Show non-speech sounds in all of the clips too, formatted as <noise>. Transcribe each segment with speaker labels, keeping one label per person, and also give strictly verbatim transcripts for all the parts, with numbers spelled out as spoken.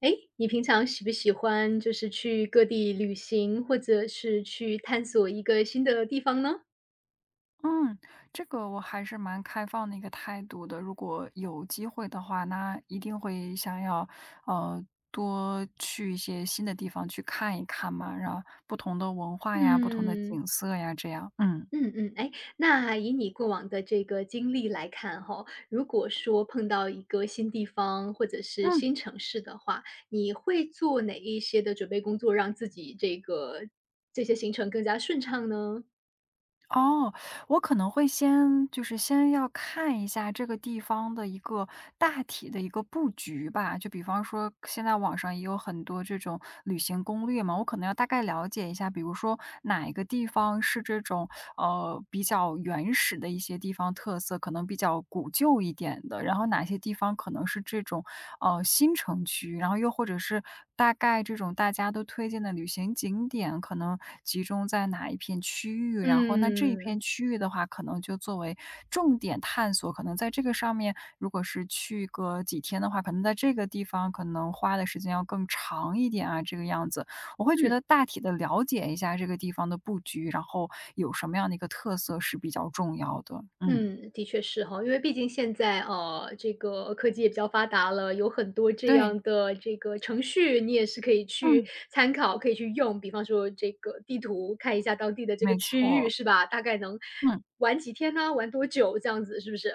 Speaker 1: 哎，你平常喜不喜欢就是去各地旅行，或者是去探索一个新的地方呢？
Speaker 2: 嗯，这个我还是蛮开放的一个态度的。如果有机会的话，那一定会想要，呃，多去一些新的地方去看一看嘛，然后不同的文化呀、不同的
Speaker 1: 嗯，
Speaker 2: 景色呀，这样。嗯。
Speaker 1: 嗯嗯，哎，那以你过往的这个经历来看哈，如果说碰到一个新地方或者是
Speaker 2: 嗯。
Speaker 1: 新城市的话，你会做哪一些的准备工作，让自己这个这些行程更加顺畅呢？
Speaker 2: 哦，我可能会先就是先要看一下这个地方的一个大体的一个布局吧，就比方说现在网上也有很多这种旅行攻略嘛，我可能要大概了解一下，比如说哪一个地方是这种呃比较原始的一些地方特色，可能比较古旧一点的，然后哪些地方可能是这种呃新城区，然后又或者是大概这种大家都推荐的旅行景点可能集中在哪一片区域，然后那这一片
Speaker 1: 嗯，
Speaker 2: 区域的话，可能就作为重点探索，可能在这个上面，如果是去个几天的话，可能在这个地方可能花的时间要更长一点啊，这个样子。我会觉
Speaker 1: 嗯
Speaker 2: 得大体的了解一下这个地方的布局，然后有什么样的一个特色是比较重要的。嗯，
Speaker 1: 嗯，的确是哈，因为毕竟现在，呃，这个科技也比较发达了，有很多这
Speaker 2: 对，
Speaker 1: 样的这个程序，你也是可以去
Speaker 2: 嗯，
Speaker 1: 参考、可以去用。比方说这个地图，看一下当地的这个
Speaker 2: 没
Speaker 1: 区域，
Speaker 2: 错，
Speaker 1: 是吧？大概能
Speaker 2: 嗯。
Speaker 1: 玩几天呢？玩多久？这样子是不是？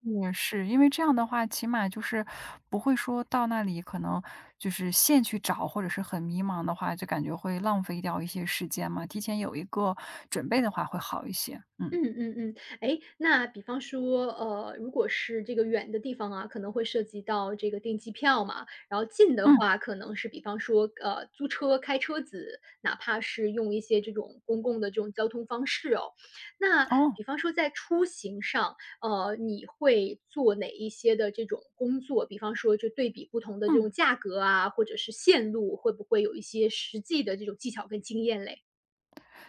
Speaker 2: 也是，因为这样的话，起码就是不会说到那里可能就是现去找，或者是很迷茫的话，就感觉会浪费掉一些时间嘛。提前有一个准备的话会好一些。嗯，
Speaker 1: 嗯嗯嗯，哎，那比方说，呃，如果是这个远的地方啊，可能会涉及到这个订机票嘛，然后近的
Speaker 2: 嗯，
Speaker 1: 话可能是比方说，呃，租车、开车子，哪怕是用一些这种公共的这种交通方式哦。那
Speaker 2: 哦，
Speaker 1: 比方说在出行上，呃，你会做哪一些的这种工作？比方说就对比不同的这
Speaker 2: 嗯。
Speaker 1: 种价格啊，或者是线路，会不会有一些实际的这种技巧跟经验嘞？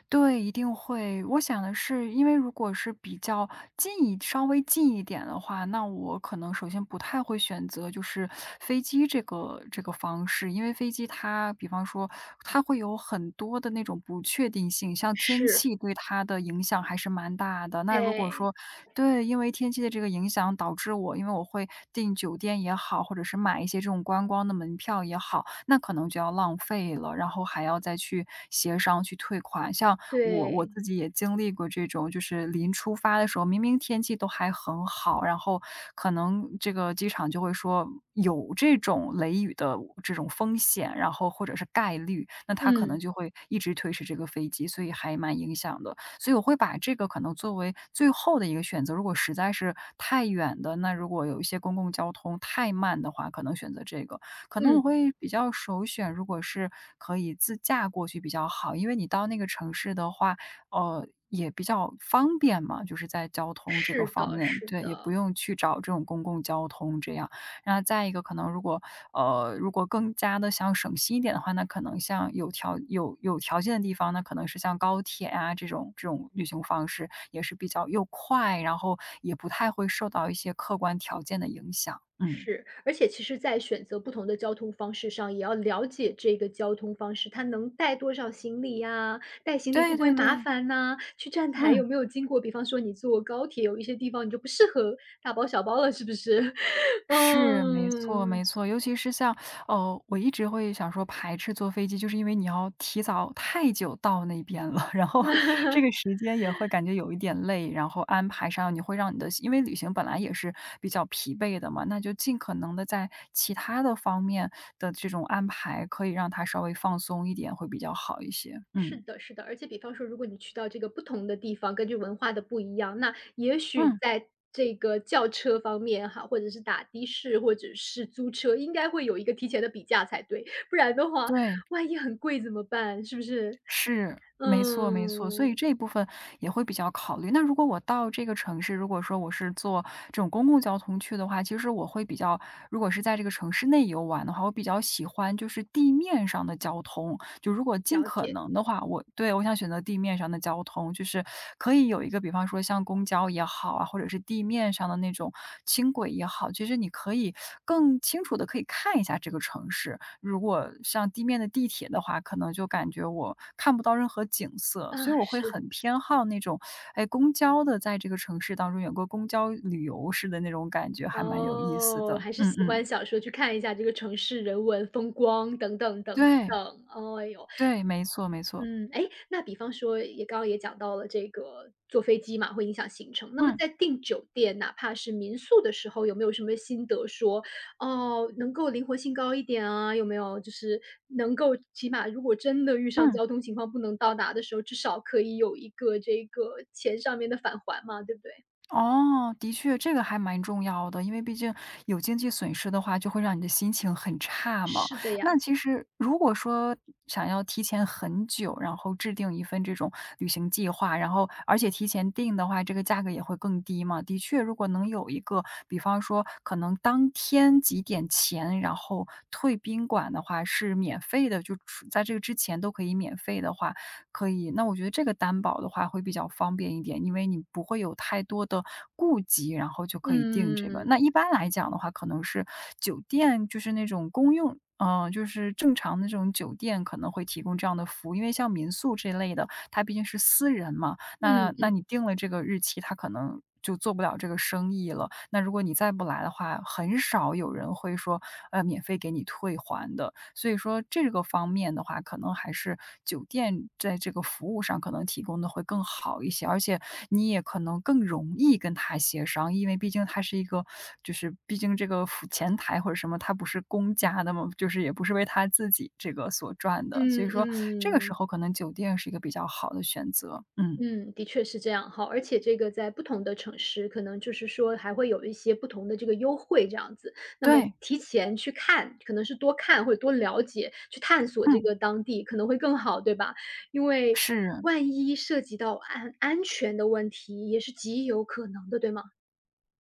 Speaker 2: 对，一定会。我想的是，因为如果是比较近一稍微近一点的话，那我可能首先不太会选择就是飞机这个这个方式，因为飞机它比方说它会有很多的那种不确定性，像天
Speaker 1: 是，
Speaker 2: 气对它的影响还是蛮大的。那如果
Speaker 1: 哎，
Speaker 2: 说对，因为天气的这个影响，导致我因为我会订酒店也好，或者是买一些这种观光的门票也好，那可能就要浪费了，然后还要再去协商去退款。像我我
Speaker 1: 对，
Speaker 2: 自己也经历过这种，就是临出发的时候，明明天气都还很好，然后可能这个机场就会说有这种雷雨的这种风险，然后或者是概率，那他可能
Speaker 1: 嗯。
Speaker 2: 就会一直推迟这个飞机，所以还蛮影响的。所以我会把这个可能作为最后的一个选择。如果实在是太远的，那如果有一些公共交通太慢的话，可能选择这个。可能我
Speaker 1: 嗯，
Speaker 2: 会比较首选，如果是可以自驾过去比较好，因为你到那个城市的话，呃，也比较方便嘛，就是在交通这个
Speaker 1: 是
Speaker 2: 方
Speaker 1: 的，
Speaker 2: 面，
Speaker 1: 是
Speaker 2: 对，也不
Speaker 1: 的，
Speaker 2: 用去找这种公共交通这样。然后再一个可能如果呃，如果更加的想省心一点的话，那可能像有条有有条件的地方，那可能是像高铁啊这种这种旅行方式，也是比较又快，然后也不太会受到一些客观条件的影响，嗯。
Speaker 1: 是。而且其实在选择不同的交通方式上，也要了解这个交通方式，它能带多少行李呀？带行李会
Speaker 2: 对
Speaker 1: 不会
Speaker 2: 对
Speaker 1: 麻
Speaker 2: 对，
Speaker 1: 烦呐？去站台有
Speaker 2: 嗯。
Speaker 1: 没有经过比方说你坐高铁，有一些地方你就不适合大包小包了，是不是？<laughs>
Speaker 2: 是，没错
Speaker 1: 嗯。
Speaker 2: 没错。尤其是像，哦，我一直会想说排斥坐飞机，就是因为你要提早太久到那边了，<laughs> 然后这个时间也会感觉有一点累，然后安排上你会让你的因为旅行本来也是比较疲惫的嘛，那就尽可能的在其他的方面的这种安排，可以让它稍微放松一点，会比较好一些。
Speaker 1: 是
Speaker 2: 嗯，
Speaker 1: 的，是的，而且比方说，如果你去到这个不同的地方，根据文化的不一样，那也许
Speaker 2: 嗯，
Speaker 1: 在这个轿车方面哈，或者是打的士，或者是租车，应该会有一个提前的比价才对，不然的话，
Speaker 2: 对。
Speaker 1: 万一很贵怎么办？是不是？
Speaker 2: 是，没错没错，所以
Speaker 1: 嗯，
Speaker 2: 这一部分也会比较考虑。那如果我到这个城市，如果说我是坐这种公共交通去的话，其实我会比较如果是在这个城市内游玩的话，我比较喜欢就是地面上的交通。就如果尽
Speaker 1: 了
Speaker 2: 可
Speaker 1: 解
Speaker 2: 能的话，我对，我想选择地面上的交通，就是可以有一个比方说像公交也好啊，或者是地面上的那种轻轨也好，其实你可以更清楚的可以看一下这个城市。如果像地面的地铁的话，可能就感觉我看不到任何景色，所以
Speaker 1: 啊，
Speaker 2: 我会
Speaker 1: 是
Speaker 2: 很偏好那种，哎，公交的在这个城市当中有个公交旅游似的那种感觉，还蛮有意思
Speaker 1: 哦，
Speaker 2: 的。
Speaker 1: 还是
Speaker 2: 嗯
Speaker 1: 喜
Speaker 2: 嗯，
Speaker 1: 欢小说去看一下这个城市人文风光等等等
Speaker 2: 对，
Speaker 1: 等。哦，哎呦，
Speaker 2: 对，没错没错，
Speaker 1: 嗯，哎，那比方说也刚刚也讲到了这个坐飞机嘛，会影响行程。那么
Speaker 2: 嗯
Speaker 1: 在订酒店，哪怕是民宿的时候，有没有什么心得说，哦，能够灵活性高一点啊？有没有就是能够起码如果真的遇上
Speaker 2: 嗯。
Speaker 1: 交通情况不能到达的时候，至少可以有一个这个钱上面的返还嘛，对不对？
Speaker 2: 哦，的确，这个还蛮重要的，因为毕竟有经济损失的话，就会让你的心情很差嘛。
Speaker 1: 是的
Speaker 2: 那
Speaker 1: 呀，
Speaker 2: 其实如果说想要提前很久，然后制定一份这种旅行计划，然后而且提前定的话，这个价格也会更低嘛。的确，如果能有一个，比方说可能当天几点前，然后退宾馆的话是免费的，就出在这个之前都可以免费的话，可以那我觉得这个担保的话会比较方便一点，因为你不会有太多的顾及，然后就可以定这个。那
Speaker 1: 嗯，
Speaker 2: 一般来讲的话，可能是酒店，就是那种公用嗯，就是正常的这种酒店可能会提供这样的服务，因为像民宿这类的，它毕竟是私人嘛，那那
Speaker 1: 嗯
Speaker 2: 你定了这个日期，他可能就做不了这个生意了。那如果你再不来的话，很少有人会说，呃，免费给你退还的。所以说这个方面的话，可能还是酒店在这个服务上可能提供的会更好一些，而且你也可能更容易跟他协商，因为毕竟他是一个，就是毕竟这个服前台或者什么，他不是公家的嘛，就是也不是为他自己这个所赚的，所
Speaker 1: 嗯
Speaker 2: 以说这个
Speaker 1: 嗯
Speaker 2: 时
Speaker 1: 嗯。
Speaker 2: 候可能酒店是一个比较好的选择，嗯。
Speaker 1: 嗯，的确是这样哈，而且这个在不同的城市，可能就是说还会有一些不同的这个优惠这样子。那么
Speaker 2: 对，
Speaker 1: 提前去看，可能是多看或者多了解，去探索这
Speaker 2: 嗯，
Speaker 1: 个当地可能会更好，对吧？因为
Speaker 2: 是，
Speaker 1: 万一涉及到安安全的问题，也是极有可能的，对吗？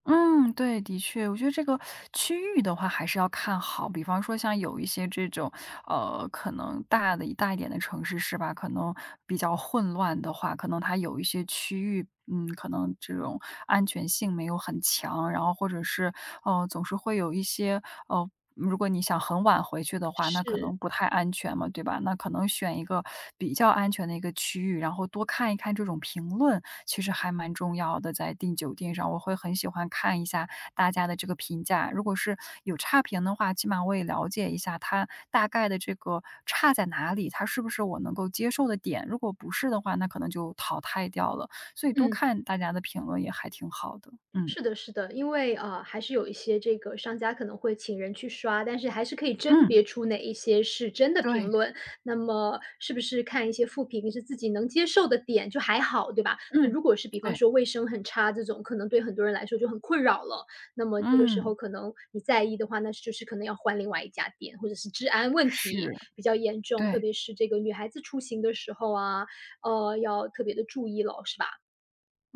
Speaker 2: 嗯，对，的确，我觉得这个区域的话还是要看好，比方说像有一些这种，呃，可能大的大一点的城市是吧？可能比较混乱的话，可能它有一些区域，嗯，可能这种安全性没有很强，然后或者是，呃，总是会有一些，呃，如果你想很晚回去的话，那可
Speaker 1: 是，
Speaker 2: 能不太安全嘛，对吧？那可能选一个比较安全的一个区域，然后多看一看这种评论，其实还蛮重要的，在订酒店上，我会很喜欢看一下大家的这个评价。如果是有差评的话，起码我也了解一下它大概的这个差在哪里，它是不是我能够接受的点。如果不是的话，那可能就淘汰掉了。所以多
Speaker 1: 嗯。
Speaker 2: 看大家的评论也还挺好的。嗯，
Speaker 1: 是的，是的，因为呃，还是有一些这个商家可能会请人去刷，但是还是可以甄
Speaker 2: 嗯，
Speaker 1: 别出哪一些是真的评
Speaker 2: 对，
Speaker 1: 论。那么是不是看一些负评是自己能接受的点就还好，对吧？那
Speaker 2: 嗯，
Speaker 1: 如果是比方
Speaker 2: 对，
Speaker 1: 说卫生很差这种，可能对很多人来说就很困扰了。那么这个时
Speaker 2: 嗯，
Speaker 1: 候可能你在意的话，那就是可能要换另外一家店，或者是治安问
Speaker 2: 是，
Speaker 1: 题比较严重，特
Speaker 2: 对。
Speaker 1: 别是这个女孩子出行的时候啊，呃，要特别的注意了，是吧？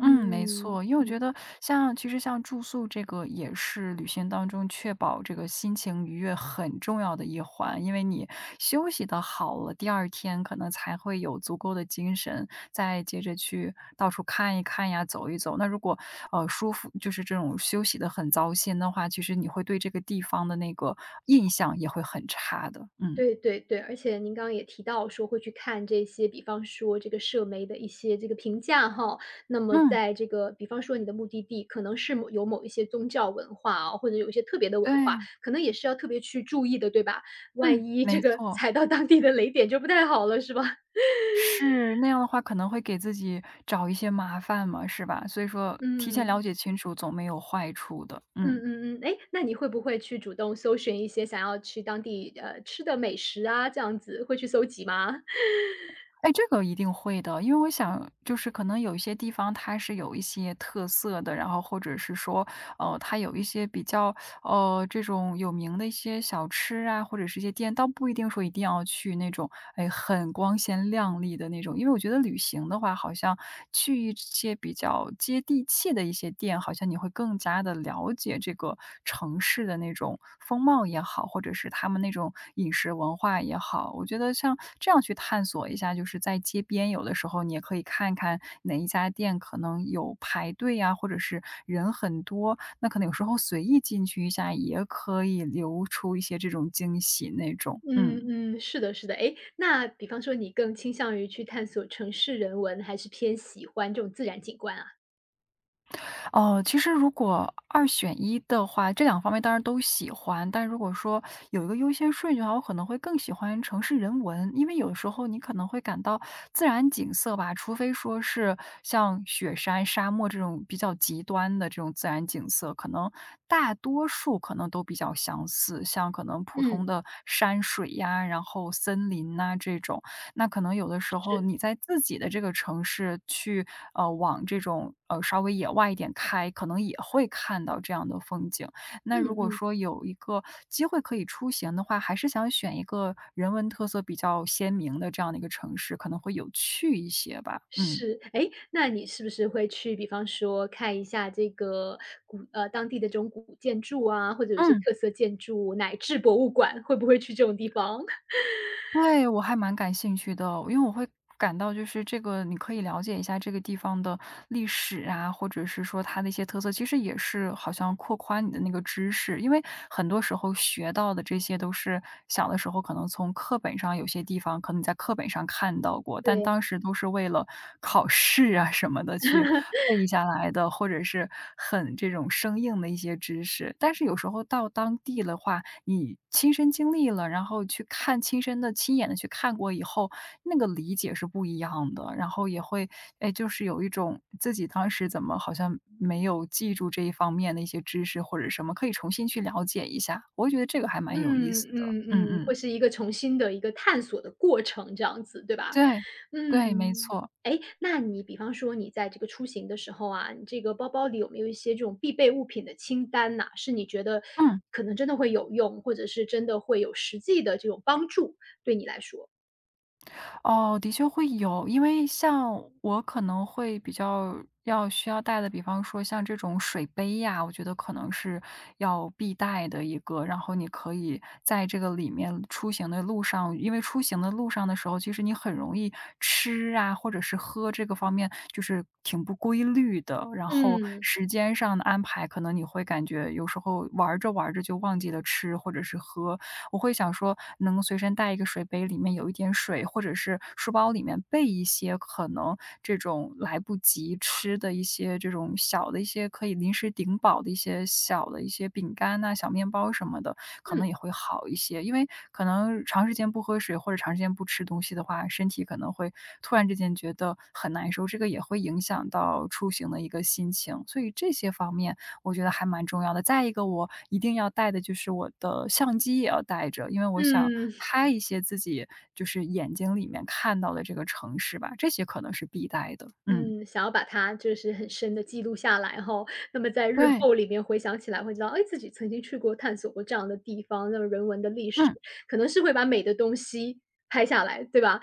Speaker 2: 嗯，没错，因为我觉
Speaker 1: 嗯。
Speaker 2: 得像其实像住宿这个也是旅行当中确保这个心情愉悦很重要的一环，因为你休息的好了，第二天可能才会有足够的精神，再接着去到处看一看呀，走一走。那如果呃舒服，就是这种休息的很糟心的话，其实你会对这个地方的那个印象也会很差的。嗯
Speaker 1: 对对对，而且您刚刚也提到说会去看这些，比方说这个社媒的一些这个评价哈。那么
Speaker 2: 嗯，
Speaker 1: 在这个比方说你的目的地可能是某有某一些宗教文化啊，或者有一些特别的
Speaker 2: 对，
Speaker 1: 文化，可能也是要特别去注意的，对吧？万
Speaker 2: 嗯，
Speaker 1: 一
Speaker 2: 没
Speaker 1: 这个 <laughs>
Speaker 2: 错。
Speaker 1: 踩到当地的雷点就不太好了，是吧？<laughs>
Speaker 2: 是，那样的话可能会给自己找一些麻烦嘛，是吧？所以说提前了
Speaker 1: 嗯。
Speaker 2: 解清楚总没有坏处的，
Speaker 1: 嗯
Speaker 2: 嗯。
Speaker 1: 嗯嗯，哎，那你会不会去主动搜寻一些想要去当地，呃，吃的美食啊，这样子会去搜集吗？
Speaker 2: 哎，这个一定会的，因为我想就是可能有一些地方它是有一些特色的，然后或者是说，呃，它有一些比较呃，这种有名的一些小吃啊，或者是一些店，倒不一定说一定要去那种，哎，很光鲜亮丽的那种。因为我觉得旅行的话，好像去一些比较接地气的一些店，好像你会更加的了解这个城市的那种风貌也好，或者是他们那种饮食文化也好。我觉得像这样去探索一下，就是在街边，有的时候你也可以看看哪一家店可能有排队呀，或者是人很多，那可能有时候随意进去一下，也可以留出一些这种惊喜那种，嗯。
Speaker 1: 嗯嗯，是的，是的。哎，那比方说你更倾向于去探索城市人文，还是偏喜欢这种自然景观啊？
Speaker 2: 哦，其实如果二选一的话，这两方面当然都喜欢，但如果说有一个优先顺序的话，我可能会更喜欢城市人文。因为有的时候你可能会感到自然景色吧，除非说是像雪山、沙漠这种比较极端的这种自然景色，可能大多数可能都比较相似，像可能普通
Speaker 1: 嗯，
Speaker 2: 的山水呀，然后森林呐这种。那可能有的时候
Speaker 1: 是，
Speaker 2: 你在自己的这个城市去，呃，往这种，呃，稍微野外一点开，可能也会看到这样的风景。那
Speaker 1: 嗯
Speaker 2: 如果
Speaker 1: 嗯，
Speaker 2: 说有一个机会可以出行的话，还是想选一个人文特色比较鲜明的这样的一个城市，可能会有趣一些吧，嗯。
Speaker 1: 是。哎，那你是不是会去比方说看一下这个古呃，当地的这种古建筑啊，或者有一些
Speaker 2: 嗯。
Speaker 1: 特色建筑，乃至博物馆，会不会去这种地方？<laughs>
Speaker 2: 对，我还蛮感兴趣的，因为我会感到就是这个你可以了解一下这个地方的历史啊，或者是说它的一些特色，其实也是好像扩宽你的那个知识，因为很多时候学到的这些都是小的时候可能从课本上有些地方可能你在课本上看到过，但
Speaker 1: 对
Speaker 2: 当时都是为了考试啊什么的去背下来的，或者是很这种生硬的一些知识。但是有时候到当地的话，你亲身经历了，然后去看亲身的、亲眼的去看过以后，那个理解是不一样的。然后也会，哎，就是有一种自己当时怎么好像没有记住这一方面的一些知识或者什么，可以重新去了解一下。我会觉得这个还蛮有意
Speaker 1: 嗯
Speaker 2: 思的。嗯
Speaker 1: 嗯嗯，
Speaker 2: 嗯，
Speaker 1: 会是一个重新的一个探索的过程，这样子，对吧？
Speaker 2: 对，对，没
Speaker 1: 嗯，
Speaker 2: 错，
Speaker 1: 哎，那你比方说你在这个出行的时候啊，你这个包包里有没有一些这种必备物品的清单呐？是你觉得
Speaker 2: 嗯。
Speaker 1: 可能真的会有用，或者是真的会有实际的这种帮助，对你来说？
Speaker 2: 哦，的确会有，因为像我可能会比较要需要带的，比方说像这种水杯呀，我觉得可能是要必带的一个。然后你可以在这个里面出行的路上，因为出行的路上的时候，其实你很容易吃啊，或者是喝这个方面就是挺不规律的。然后
Speaker 1: 嗯，
Speaker 2: 时间上的安排，可能你会感觉有时候玩着玩着就忘记了吃或者是喝，我会想说能随身带一个水杯，里面有一点水，或者是书包里面备一些可能这种来不及吃的一些这种小的一些可以临时顶饱的一些小的一些饼干呐、小面包什么的，可能
Speaker 1: 嗯，
Speaker 2: 也会好一些。因为可能长时间不喝水或者长时间不吃东西的话，身体可能会突然之间觉得很难受，这个也会影响到出行的一个心情。所以这些方面我觉得还蛮重要的。再一个我一定要带的就是我的相机也要带着，因为我想
Speaker 1: 嗯。
Speaker 2: 拍一些自己就是眼睛里面看到的这个城市吧，这些可能是必带的。嗯，
Speaker 1: 嗯，想要把它就是很深的记录下来哈，那么在日
Speaker 2: 对，
Speaker 1: 后里面回想起来会知道，哎，自己曾经去过、探索过这样的地方，那么人文的历史，
Speaker 2: 嗯。
Speaker 1: 可能是会把美的东西拍下来，对吧？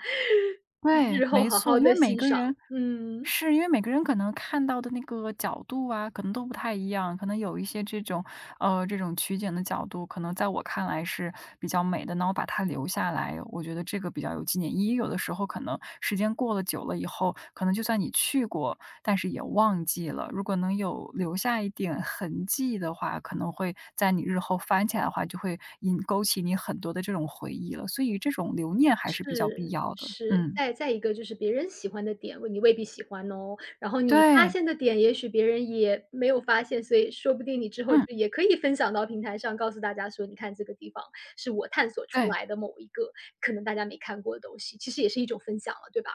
Speaker 1: <laughs>
Speaker 2: 对，
Speaker 1: 日后
Speaker 2: 没
Speaker 1: 好
Speaker 2: 错，
Speaker 1: 好
Speaker 2: 因为
Speaker 1: 的
Speaker 2: 每
Speaker 1: 欣
Speaker 2: 个
Speaker 1: 赏，
Speaker 2: 人
Speaker 1: 嗯。
Speaker 2: 是因为每个人可能看到的那个角度啊，可能都不太一样。可能有一些这种，呃，这种取景的角度，可能在我看来是比较美的，那我把它留下来，我觉得这个比较有纪念意义。有的时候可能时间过了久了以后，可能就算你去过，但是也忘记了。如果能有留下一点痕迹的话，可能会在你日后翻起来的话，就会引勾起你很多的这种回忆了。所以这种留念还是比较必
Speaker 1: 是，
Speaker 2: 要的。
Speaker 1: 是，
Speaker 2: 嗯。
Speaker 1: 再再一个就是别人喜欢的点，你未必喜欢哦，然后你发
Speaker 2: 对，
Speaker 1: 现的点，也许别人也没有发现，所以说不定你之后就
Speaker 2: 嗯，
Speaker 1: 也可以分享到平台上，告诉大家说，你看这个地方是我探索出
Speaker 2: 对，
Speaker 1: 来的某一个可能大家没看过的东西，其实也是一种分享了，对吧？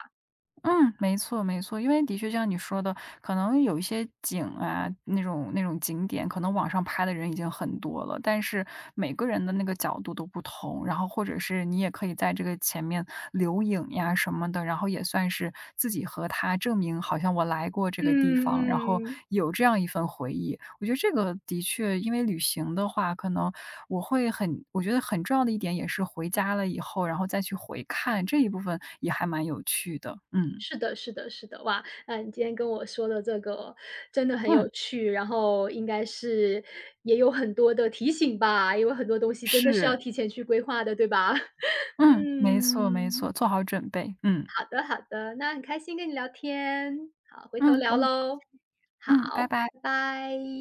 Speaker 2: 嗯，没错没错。因为的确就像你说的，可能有一些景啊，那种那种景点，可能网上拍的人已经很多了，但是每个人的那个角度都不同，然后或者是你也可以在这个前面留影呀什么的，然后也算是自己和他证明好像我来过这个地方，然后
Speaker 1: 嗯嗯，
Speaker 2: 有这样一份回忆。我觉得这个的确，因为旅行的话，可能我会很我觉得很重要的一点也是回家了以后，然后再去回看这一部分也还蛮有趣的。嗯，
Speaker 1: 是的，是的，是的，哇，那你今天跟我说的这个真的很有
Speaker 2: 嗯，
Speaker 1: 趣，然后应该是也有很多的提醒吧，因为很多东西真的是要
Speaker 2: 是，
Speaker 1: 提前去规划的，对吧？<laughs>
Speaker 2: 嗯，没错没
Speaker 1: 嗯，
Speaker 2: 错，做好准备。嗯，
Speaker 1: 好的好的，那很开心跟你聊天，好，回头
Speaker 2: 嗯，
Speaker 1: 聊
Speaker 2: 我也是
Speaker 1: 喽。
Speaker 2: 嗯，拜
Speaker 1: 好，
Speaker 2: 拜。
Speaker 1: 拜拜。